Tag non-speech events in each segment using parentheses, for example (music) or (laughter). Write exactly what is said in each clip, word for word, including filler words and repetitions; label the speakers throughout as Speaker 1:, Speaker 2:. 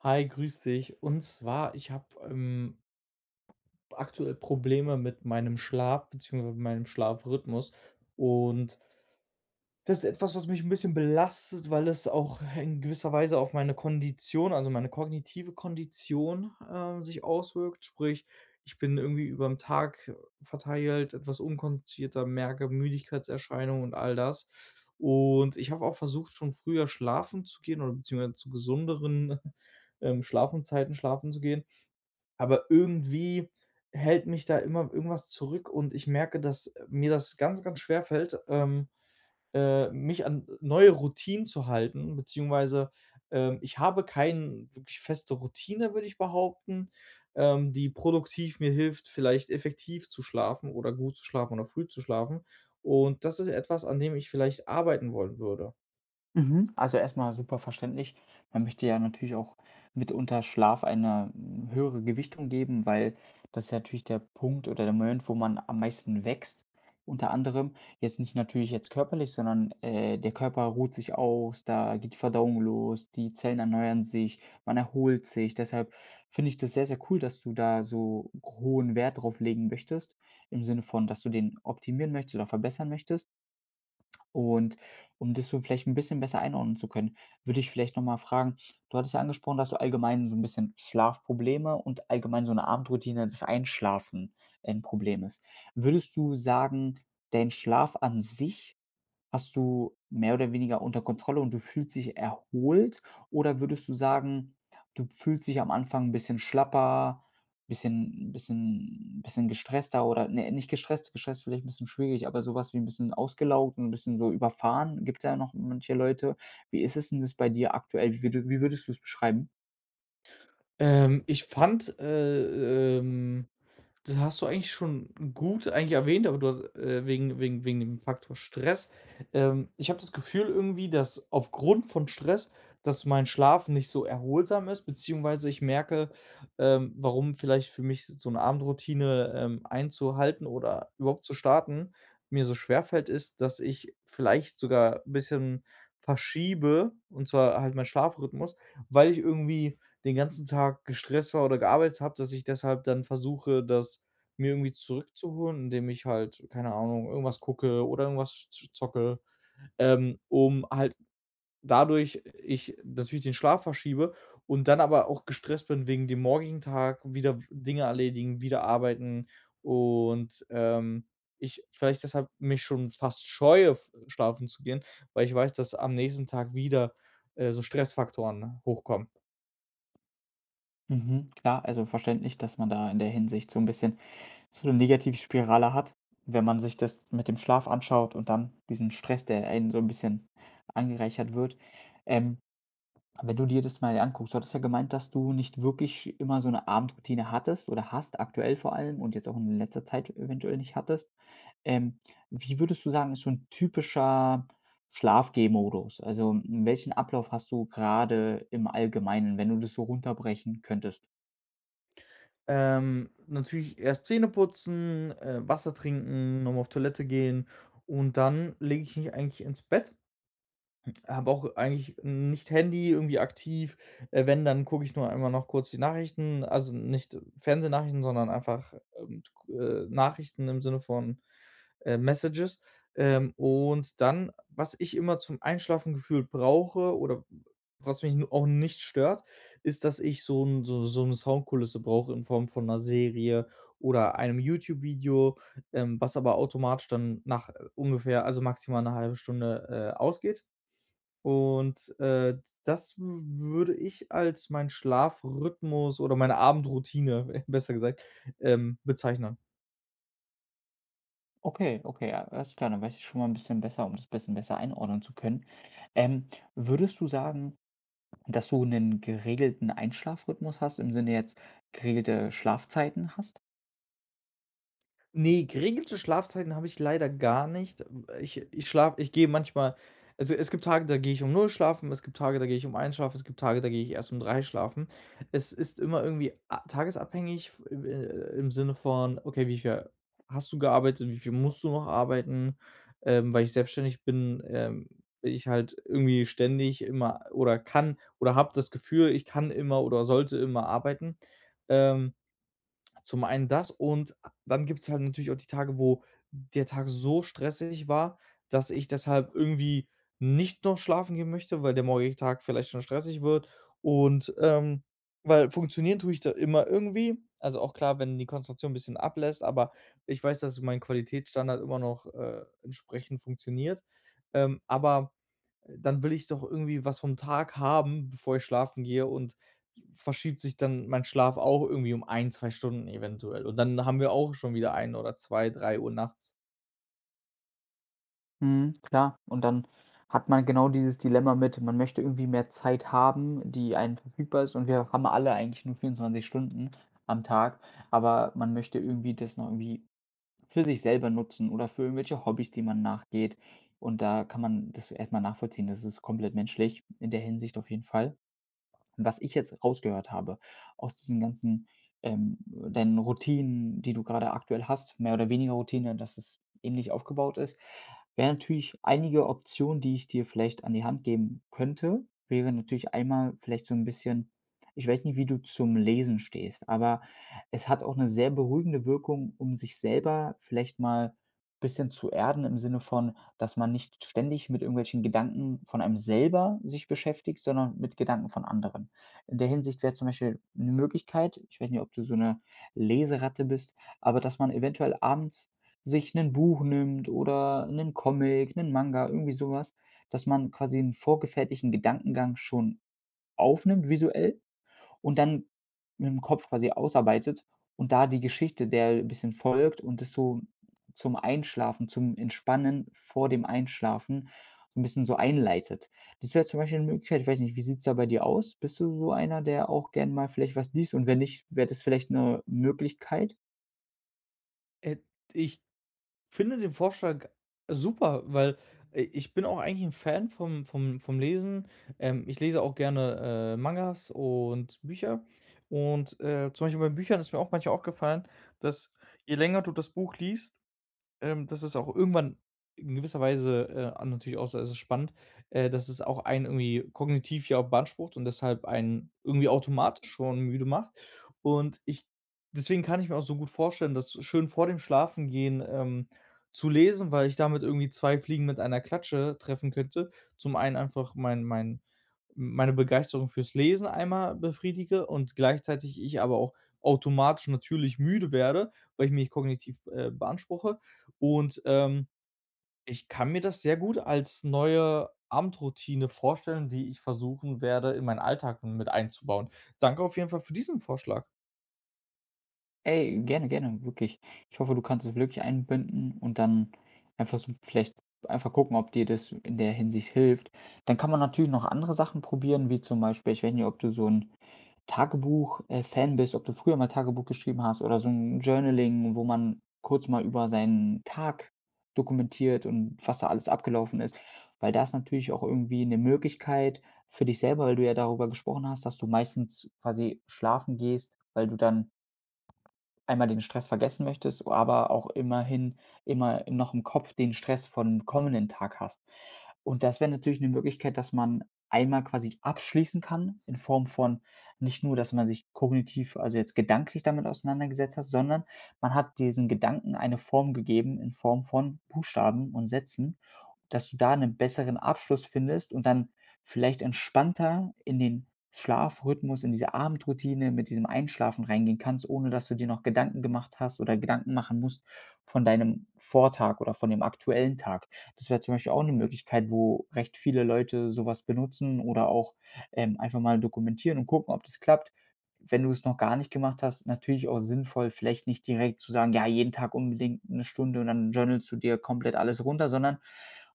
Speaker 1: Hi, grüß dich. Und zwar, ich habe ähm, aktuell Probleme mit meinem Schlaf beziehungsweise meinem Schlafrhythmus. Und das ist etwas, was mich ein bisschen belastet, weil es auch in gewisser Weise auf meine Kondition, also meine kognitive Kondition, ähm, sich auswirkt. Sprich, ich bin irgendwie überm Tag verteilt etwas unkonzentrierter, merke Müdigkeitserscheinungen und all das. Und ich habe auch versucht, schon früher schlafen zu gehen oder beziehungsweise zu gesünderen, (laughs) ähm, Schlafenszeiten schlafen zu gehen. Aber irgendwie hält mich da immer irgendwas zurück und ich merke, dass, äh, mir das ganz, ganz schwerfällt, ähm, äh, mich an neue Routinen zu halten, beziehungsweise, ähm, ich habe keine wirklich feste Routine, würde ich behaupten, ähm, die produktiv mir hilft, vielleicht effektiv zu schlafen oder gut zu schlafen oder früh zu schlafen. Und das ist etwas, an dem ich vielleicht arbeiten wollen würde.
Speaker 2: Mhm. Also erstmal super verständlich. Man möchte ja natürlich auch mitunter Schlaf eine, hm, höhere Gewichtung geben, weil das ist ja natürlich der Punkt oder der Moment, wo man am meisten wächst, unter anderem. Jetzt nicht natürlich jetzt körperlich, sondern, äh, der Körper ruht sich aus, da geht die Verdauung los, die Zellen erneuern sich, man erholt sich. Deshalb finde ich das sehr, sehr cool, dass du da so hohen Wert drauf legen möchtest, im Sinne von, dass du den optimieren möchtest oder verbessern möchtest. Und um das so vielleicht ein bisschen besser einordnen zu können, würde ich vielleicht noch mal fragen, du hattest ja angesprochen, dass du allgemein so ein bisschen Schlafprobleme und allgemein so eine Abendroutine, das Einschlafen ein Problem ist. Würdest du sagen, dein Schlaf an sich hast du mehr oder weniger unter Kontrolle und du fühlst dich erholt? Oder würdest du sagen, du fühlst dich am Anfang ein bisschen schlapper, bisschen bisschen bisschen gestresster oder ne, nicht gestresst, gestresst vielleicht ein bisschen schwierig, aber sowas wie ein bisschen ausgelaugt und 'n bisschen so überfahren, gibt's ja noch manche Leute. Wie ist es denn das bei dir aktuell? Wie würd wie würdest du es beschreiben?
Speaker 1: Ähm, ich fand, äh, ähm, das hast du eigentlich schon gut eigentlich erwähnt, aber du äh, wegen wegen wegen dem Faktor Stress. Ähm, ich habe das Gefühl irgendwie, dass aufgrund von Stress, dass mein Schlaf nicht so erholsam ist, beziehungsweise ich merke, ähm, warum vielleicht für mich so eine Abendroutine, ähm, einzuhalten oder überhaupt zu starten, mir so schwerfällt, ist, dass ich vielleicht sogar ein bisschen verschiebe, und zwar halt meinen Schlafrhythmus, weil ich irgendwie den ganzen Tag gestresst war oder gearbeitet habe, dass ich deshalb dann versuche, das mir irgendwie zurückzuholen, indem ich halt, keine Ahnung, irgendwas gucke oder irgendwas z zocke, ähm, um halt dadurch ich natürlich den Schlaf verschiebe und dann aber auch gestresst bin wegen dem morgigen Tag, wieder Dinge erledigen, wieder arbeiten und, ähm, ich vielleicht deshalb mich schon fast scheue, f schlafen zu gehen, weil ich weiß, dass am nächsten Tag wieder, äh, so Stressfaktoren hochkommen.
Speaker 2: Mhm, klar, also verständlich, dass man da in der Hinsicht so ein bisschen So eine negative Spirale hat, wenn man sich das mit dem Schlaf anschaut und dann diesen Stress, der einen so ein bisschen angereichert wird. Ähm, Wenn du dir das mal anguckst, du hattest ja gemeint, dass du nicht wirklich immer so eine Abendroutine hattest oder hast, aktuell vor allem und jetzt auch in letzter Zeit eventuell nicht hattest. Ähm, Wie würdest du sagen, ist so ein typischer Schlaf-G-Modus? Also, hm, welchen Ablauf hast du gerade im Allgemeinen, wenn du das so runterbrechen könntest?
Speaker 1: Ähm, natürlich erst Zähne putzen, äh, Wasser trinken, noch auf Toilette gehen und dann lege ich mich eigentlich ins Bett. Habe auch eigentlich nicht Handy irgendwie aktiv. Äh, wenn, dann gucke ich nur einmal noch kurz die Nachrichten, also nicht Fernsehnachrichten, sondern einfach, ähm, k äh, Nachrichten im Sinne von, äh, Messages. Ähm, und dann, was ich immer zum Einschlafen gefühlt brauche oder was mich n auch nicht stört, ist, dass ich so 'n so so eine Soundkulisse brauche in Form von einer Serie oder einem YouTube-Video, ähm, was aber automatisch dann nach, äh, ungefähr also maximal eine halbe Stunde, äh, ausgeht. Und, äh, das w würde ich als meinen Schlafrhythmus oder meine Abendroutine, (laughs) besser gesagt, ähm, bezeichnen.
Speaker 2: Okay, okay, ja, alles klar, dann weiß ich schon mal ein bisschen besser, um das ein bisschen besser einordnen zu können. Ähm, Würdest du sagen, dass du einen geregelten Einschlafrhythmus hast, im Sinne jetzt geregelte Schlafzeiten hast?
Speaker 1: Nee, geregelte Schlafzeiten habe ich leider gar nicht. Ich ich schlafe ich gehe manchmal. Also, es gibt Tage, da gehe ich um null schlafen, es gibt Tage, da gehe ich um eins schlafen, es gibt Tage, da gehe ich erst um drei schlafen. Es ist immer irgendwie a tagesabhängig f im äh, im Sinne von: „Okay, wie viel hast du gearbeitet? Wie viel musst du noch arbeiten?" Ähm, weil ich selbstständig bin, ähm, bin ich halt irgendwie ständig immer oder kann oder habe das Gefühl, ich kann immer oder sollte immer arbeiten. Ähm Zum einen das und dann gibt es halt natürlich auch die Tage, wo der Tag so stressig war, dass ich deshalb irgendwie nicht noch schlafen gehen möchte, weil der morgige Tag vielleicht schon stressig wird und, ähm weil funktionieren tue ich da immer irgendwie. Also, auch klar, wenn die Konzentration 'n bisschen ablässt, aber ich weiß, dass mein Qualitätsstandard immer noch, äh, entsprechend funktioniert. Ähm, aber dann will ich doch irgendwie was vom Tag haben, bevor ich schlafen gehe und verschiebt sich dann mein Schlaf auch irgendwie um ein, zwei Stunden eventuell. Und dann haben wir auch schon wieder ein oder zwei, drei Uhr nachts.
Speaker 2: Mhm, klar. Und dann hat man genau dieses Dilemma mit, man möchte irgendwie mehr Zeit haben, die einem verfügbar ist und wir haben alle eigentlich nur vierundzwanzig Stunden am Tag, aber man möchte irgendwie das noch irgendwie für sich selber nutzen oder für irgendwelche Hobbys, die man nachgeht. Und da kann man das erstmal nachvollziehen. Das ist komplett menschlich in der Hinsicht auf jeden Fall. Und was ich jetzt rausgehört habe aus diesen ganzen, ähm deinen Routinen, die du gerade aktuell hast, mehr oder weniger Routine, dass es ähnlich aufgebaut ist, wären natürlich einige Optionen, die ich dir vielleicht an die Hand geben könnte, wäre natürlich einmal vielleicht so ein bisschen, ich weiß nicht, wie du zum Lesen stehst, aber es hat auch eine sehr beruhigende Wirkung, um sich selber vielleicht mal ein bisschen zu erden im Sinne von, dass man nicht ständig mit irgendwelchen Gedanken von einem selber sich beschäftigt, sondern mit Gedanken von anderen. In der Hinsicht wäre zum Beispiel eine Möglichkeit, ich weiß nicht, ob du so eine Leseratte bist, aber dass man eventuell abends sich ein Buch nimmt oder einen Comic, einen Manga, irgendwie sowas, dass man quasi einen vorgefertigten Gedankengang schon aufnimmt visuell und dann mit dem Kopf quasi ausarbeitet und da die Geschichte der bisschen folgt und das so zum Einschlafen, zum Entspannen vor dem Einschlafen so 'n bisschen so einleitet. Das wäre zum Beispiel 'ne Möglichkeit. Ich weiß nicht, wie sieht's da bei dir aus? Bist du so einer, der auch gern mal vielleicht was liest und wenn nicht, wäre das vielleicht 'ne Möglichkeit?
Speaker 1: Äh, Ich finde den Vorschlag super, weil, äh, ich bin auch eigentlich ein Fan vom vom vom Lesen. Ähm, ich lese auch gerne, äh, Mangas und Bücher. Und, äh, zum Beispiel bei Büchern ist mir auch manchmal aufgefallen, dass je länger du das Buch liest. Ähm, das ist auch irgendwann in gewisser Weise, äh, a natürlich auch so, es ist spannend, äh, dass es auch einen irgendwie kognitiv ja auch beansprucht und deshalb einen irgendwie automatisch schon müde macht. Und ich deswegen kann ich mir auch so gut vorstellen, das schön vor dem Schlafengehen, ähm, zu lesen, weil ich damit irgendwie zwei Fliegen mit einer Klatsche treffen könnte. Zum einen einfach mein mein meine Begeisterung fürs Lesen einmal befriedige und gleichzeitig ich aber auch automatisch natürlich müde werde, weil ich mich kognitiv, äh, beanspruche und, ähm, ich kann mir das sehr gut als neue Abendroutine vorstellen, die ich versuchen werde, in meinen Alltag mit einzubauen. Danke auf jeden Fall für diesen Vorschlag.
Speaker 2: Ey, gerne, gerne, wirklich. Ich hoffe, du kannst es wirklich einbinden und dann einfach so vielleicht einfach gucken, ob dir das in der Hinsicht hilft. Dann kann man natürlich noch andere Sachen probieren, wie zum Beispiel, ich weiß nicht, ob du so ein Tagebuch-Fan bist, ob du früher mal Tagebuch geschrieben hast oder so ein Journaling, wo man kurz mal über seinen Tag dokumentiert und was da alles abgelaufen ist. Weil da ist natürlich auch irgendwie eine Möglichkeit für dich selber, weil du ja darüber gesprochen hast, dass du meistens quasi schlafen gehst, weil du dann einmal den Stress vergessen möchtest, aber auch immerhin immer noch im Kopf den Stress vom kommenden Tag hast. Und das wäre natürlich eine Möglichkeit, dass man einmal quasi abschließen kann in Form von nicht nur, dass man sich kognitiv, also jetzt gedanklich damit auseinandergesetzt hat, sondern man hat diesen Gedanken eine Form gegeben in Form von Buchstaben und Sätzen, dass du da einen besseren Abschluss findest und dann vielleicht entspannter in den Schlafrhythmus, in diese Abendroutine mit diesem Einschlafen reingehen kannst, ohne dass du dir noch Gedanken gemacht hast oder Gedanken machen musst von deinem Vortag oder von dem aktuellen Tag. Das wäre zum Beispiel auch eine Möglichkeit, wo recht viele Leute sowas benutzen oder auch, ähm, einfach mal dokumentieren und gucken, ob das klappt, wenn du es noch gar nicht gemacht hast, natürlich auch sinnvoll, vielleicht nicht direkt zu sagen: „Ja, jeden Tag unbedingt eine Stunde und dann journalst du dir komplett alles runter“, sondern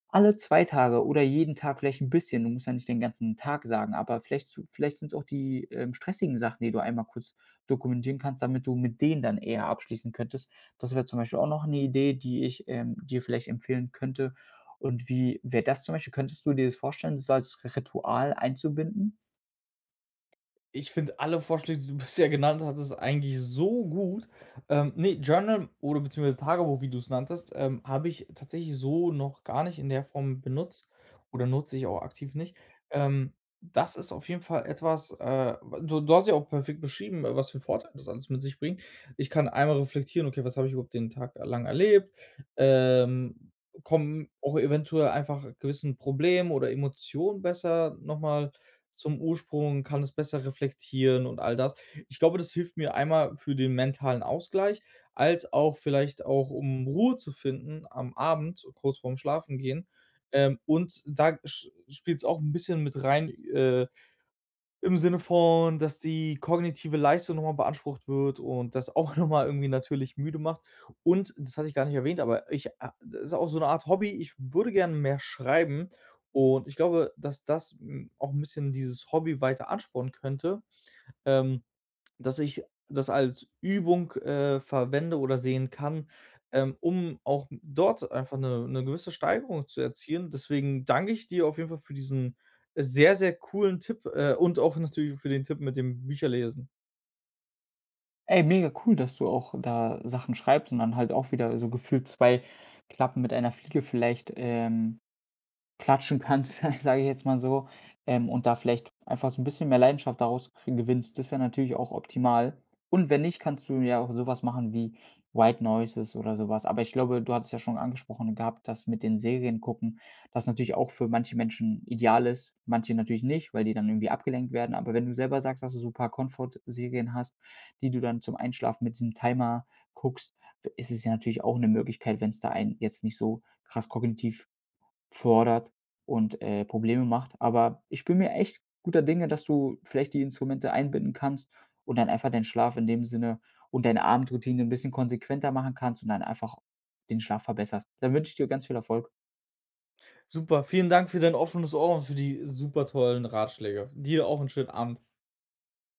Speaker 2: alle zwei Tage oder jeden Tag vielleicht ein bisschen. Du musst ja nicht den ganzen Tag sagen, aber vielleicht zu vielleicht sind es auch die, ähm, stressigen Sachen, die du einmal kurz dokumentieren kannst, damit du mit denen dann eher abschließen könntest. Das wäre zum Beispiel auch noch eine Idee, die ich, ähm, dir vielleicht empfehlen könnte. Und wie wäre das zum Beispiel? Könntest du dir das vorstellen, das als Ritual einzubinden?
Speaker 1: Ich finde alle Vorschläge, die du (laughs) bisher genannt hattest, eigentlich so gut. Ähm, ne, Journal oder beziehungsweise Tagebuch, wie du es nanntest, ähm, habe ich tatsächlich so noch gar nicht in der Form benutzt oder nutze ich auch aktiv nicht. Ähm, Das ist auf jeden Fall etwas, äh, du du hast ja auch perfekt beschrieben, äh, was für Vorteile das alles mit sich bringt. Ich kann einmal reflektieren: „Okay, was habe ich überhaupt den Tag lang erlebt?" Ähm, Komme auch eventuell einfach gewissen Problemen oder Emotionen besser noch mal zum Ursprung, kann es besser reflektieren und all das. Ich glaube, das hilft mir einmal für den mentalen Ausgleich, als auch vielleicht auch, um Ruhe zu finden am Abend, kurz vorm Schlafengehen. Ähm, und da sch spielt es auch ein bisschen mit rein, äh im Sinne von, dass die kognitive Leistung nochmal beansprucht wird und das (laughs) auch nochmal irgendwie natürlich müde macht. Und das hatte ich gar nicht erwähnt, aber ich a das ist auch so eine Art Hobby. Ich würde gerne mehr schreiben und ich glaube, dass das, hm, auch ein bisschen dieses Hobby weiter anspornen könnte. Ähm Dass ich das als Übung, äh, verwende oder sehen kann, ähm, um auch dort einfach eine 'ne gewisse Steigerung zu erzielen. Deswegen danke ich dir auf jeden Fall für diesen äh, sehr, sehr coolen Tipp, äh, und auch natürlich für den Tipp mit dem Bücherlesen.
Speaker 2: Ey, mega cool, dass du auch da Sachen schreibst und dann halt auch wieder so gefühlt zwei Klappen mit einer Fliege vielleicht, ähm, Klatschen kannst, (laughs) sage ich jetzt mal so, ähm, und da vielleicht einfach so ein bisschen mehr Leidenschaft daraus krie gewinnst. Das wäre natürlich auch optimal. Und wenn nicht, kannst du ja auch sowas machen wie White Noises oder sowas. Aber ich glaube, du hattest ja schon angesprochen gehabt, dass mit den Serien gucken, das natürlich auch für manche Menschen ideal ist, manche natürlich nicht, weil die dann irgendwie abgelenkt werden. Aber wenn du selber sagst, dass du so ein paar Comfort-Serien hast, die du dann zum Einschlafen mit diesem Timer guckst, ist es ja natürlich auch eine Möglichkeit, wenn es da einen jetzt nicht so krass kognitiv fordert und, äh, Probleme macht. Aber ich bin mir echt guter Dinge, dass du vielleicht die Instrumente einbinden kannst und dann einfach deinen Schlaf in dem Sinne und deine Abendroutine ein bisschen konsequenter machen kannst und dann einfach den Schlaf verbesserst. Dann wünsche ich dir ganz viel Erfolg.
Speaker 1: Super, vielen Dank für dein offenes Ohr und für die super tollen Ratschläge. Dir auch 'n schönen Abend.